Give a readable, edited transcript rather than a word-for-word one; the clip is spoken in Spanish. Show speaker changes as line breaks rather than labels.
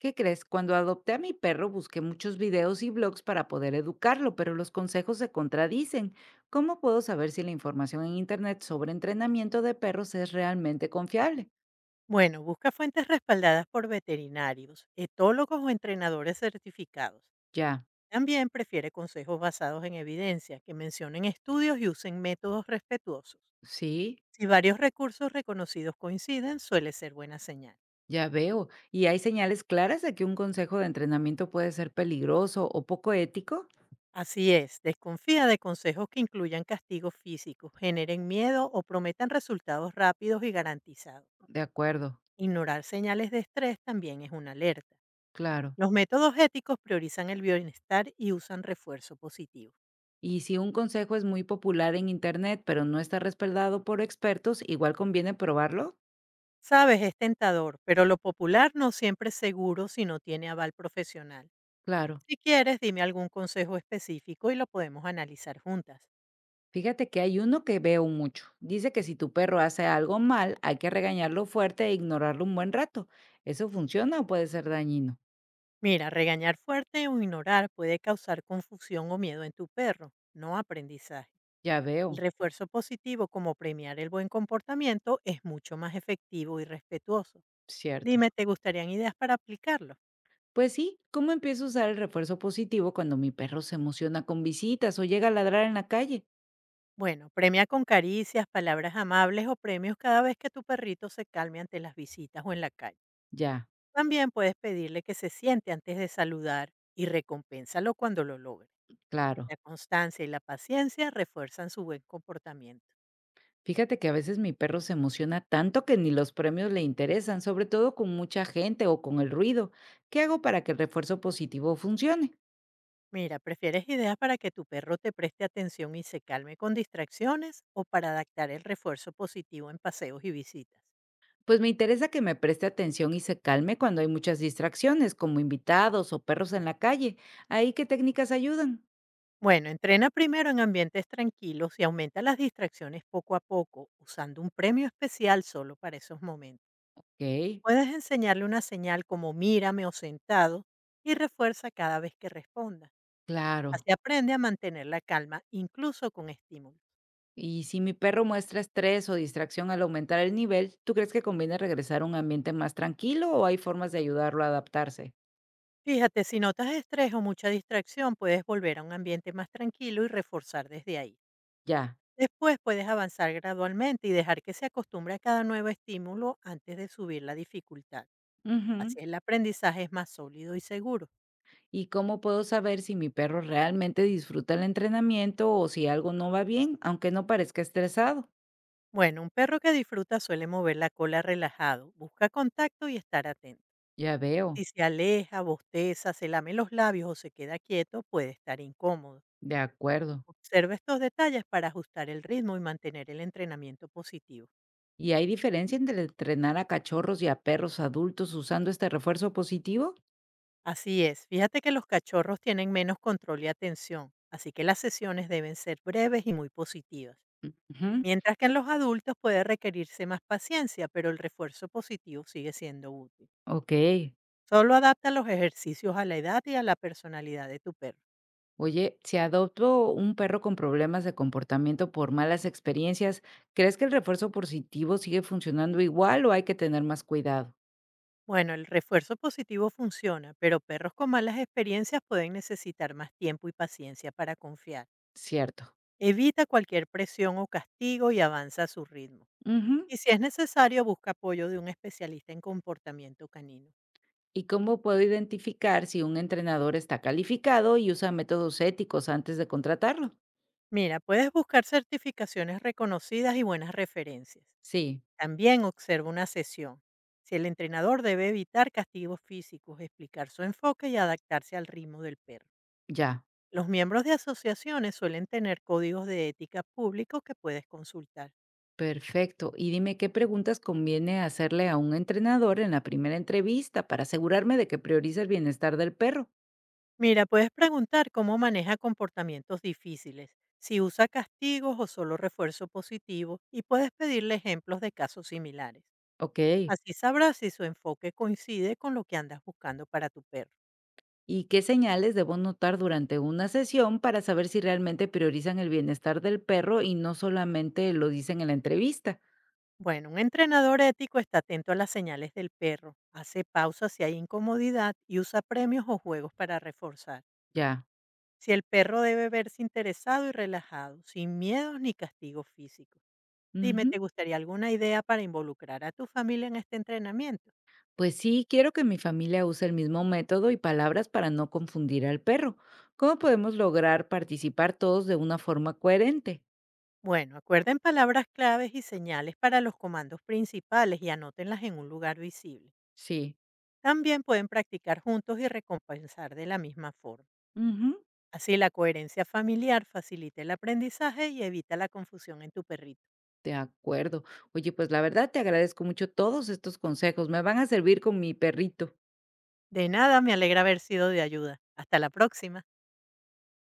¿Qué crees? Cuando adopté a mi perro busqué muchos videos y blogs para poder educarlo, pero los consejos se contradicen. ¿Cómo puedo saber si la información en Internet sobre entrenamiento de perros es realmente confiable?
Bueno, busca fuentes respaldadas por veterinarios, etólogos o entrenadores certificados.
Ya,
También prefiere consejos basados en evidencia, que mencionen estudios y usen métodos respetuosos.
sí,
Si varios recursos reconocidos coinciden, suele ser buena señal.
ya veo. ¿Y hay señales claras de que un consejo de entrenamiento puede ser peligroso o poco ético?
Así es, desconfía de consejos que incluyan castigos físicos, generen miedo o prometan resultados rápidos y garantizados.
De acuerdo,
Ignorar señales de estrés también es una alerta.
claro.
Los métodos éticos priorizan el bienestar y usan refuerzo positivo.
Y si un consejo es muy popular en Internet, pero no está respaldado por expertos, ¿igual conviene probarlo?
Sabes, es tentador, pero lo popular no siempre es seguro si no tiene aval profesional.
Claro.
Si quieres, dime algún consejo específico y lo podemos analizar juntas.
Fíjate que hay uno que veo mucho. Dice que si tu perro hace algo mal, hay que regañarlo fuerte e ignorarlo un buen rato. ¿Eso funciona o puede ser dañino?
Mira, regañar fuerte o ignorar puede causar confusión o miedo en tu perro, no aprendizaje.
Ya
El
veo,
refuerzo positivo, como premiar el buen comportamiento, es mucho más efectivo y respetuoso.
cierto.
Dime, ¿te gustarían ideas para aplicarlo?
Pues sí, ¿cómo empiezo a usar el refuerzo positivo cuando mi perro se emociona con visitas o llega a ladrar en la calle?
Bueno, premia con caricias, palabras amables o premios cada vez que tu perrito se calme ante las visitas o en la calle.
Ya,
También puedes pedirle que se siente antes de saludar y recompénsalo cuando lo logre.
claro.
La constancia y la paciencia refuerzan su buen comportamiento.
Fíjate que a veces mi perro se emociona tanto que ni los premios le interesan, sobre todo con mucha gente o con el ruido. ¿Qué hago para que el refuerzo positivo funcione?
Mira, ¿prefieres ideas para que tu perro te preste atención y se calme con distracciones o para adaptar el refuerzo positivo en paseos y visitas?
Pues me interesa que me preste atención y se calme cuando hay muchas distracciones, como invitados o perros en la calle. ¿Ahí qué técnicas ayudan?
Bueno, entrena primero en ambientes tranquilos y aumenta las distracciones poco a poco, usando un premio especial solo para esos momentos.
Ok,
Puedes enseñarle una señal como mírame o sentado y refuerza cada vez que responda.
claro.
Así aprende a mantener la calma, incluso con estímulos.
Y si mi perro muestra estrés o distracción al aumentar el nivel, ¿tú crees que conviene regresar a un ambiente más tranquilo o hay formas de ayudarlo a adaptarse?
Fíjate, si notas estrés o mucha distracción, puedes volver a un ambiente más tranquilo y reforzar desde ahí.
Ya.
Después puedes avanzar gradualmente y dejar que se acostumbre a cada nuevo estímulo antes de subir la dificultad.
Ujú.
Así el aprendizaje es más sólido y seguro.
¿Y cómo puedo saber si mi perro realmente disfruta el entrenamiento o si algo no va bien, aunque no parezca estresado?
Bueno, un perro que disfruta suele mover la cola relajado, busca contacto y estar atento.
Ya veo.
Si se aleja, bosteza, se lame los labios o se queda quieto, puede estar incómodo.
De acuerdo.
Observa estos detalles para ajustar el ritmo y mantener el entrenamiento positivo.
¿Y hay diferencia entre entrenar a cachorros y a perros adultos usando este refuerzo positivo?
Así es, fíjate que los cachorros tienen menos control y atención, así que las sesiones deben ser breves y muy positivas.
Ujú,
Mientras que en los adultos puede requerirse más paciencia, pero el refuerzo positivo sigue siendo útil.
ok.
Solo adapta los ejercicios a la edad y a la personalidad de tu perro.
Oye, si adopto un perro con problemas de comportamiento por malas experiencias, ¿crees que el refuerzo positivo sigue funcionando igual o hay que tener más cuidado?
Bueno, el refuerzo positivo funciona, pero perros con malas experiencias pueden necesitar más tiempo y paciencia para confiar.
Cierto.
Evita cualquier presión o castigo y avanza a su ritmo.
Ujú.
Y si es necesario, busca apoyo de un especialista en comportamiento canino.
¿Y cómo puedo identificar si un entrenador está calificado y usa métodos éticos antes de contratarlo?
Mira, puedes buscar certificaciones reconocidas y buenas referencias.
Sí,
También observa una sesión. Si el entrenador debe evitar castigos físicos, explicar su enfoque y adaptarse al ritmo del perro.
ya.
Los miembros de asociaciones suelen tener códigos de ética públicos que puedes consultar.
Perfecto. Y dime, ¿qué preguntas conviene hacerle a un entrenador en la primera entrevista para asegurarme de que prioriza el bienestar del perro?
Mira, puedes preguntar cómo maneja comportamientos difíciles, si usa castigos o solo refuerzo positivo, y puedes pedirle ejemplos de casos similares.
Ok.
Así sabrás si su enfoque coincide con lo que andas buscando para tu perro.
¿Y qué señales debo notar durante una sesión para saber si realmente priorizan el bienestar del perro y no solamente lo dicen en la entrevista?
Bueno, un entrenador ético está atento a las señales del perro, hace pausas si hay incomodidad y usa premios o juegos para reforzar.
Ya.
Si el perro debe verse interesado y relajado, sin miedos ni castigos físicos. Dime,
Ujú.
¿te gustaría alguna idea para involucrar a tu familia en este entrenamiento?
Pues sí, quiero que mi familia use el mismo método y palabras para no confundir al perro. ¿Cómo podemos lograr participar todos de una forma coherente?
Bueno, acuerden palabras claves y señales para los comandos principales y anótenlas en un lugar visible.
Sí.
También pueden practicar juntos y recompensar de la misma forma.
Ujú.
Así la coherencia familiar facilita el aprendizaje y evita la confusión en tu perrito.
De acuerdo. Oye, pues la verdad te agradezco mucho todos estos consejos. Me van a servir con mi perrito.
De nada, me alegra haber sido de ayuda. Hasta la próxima.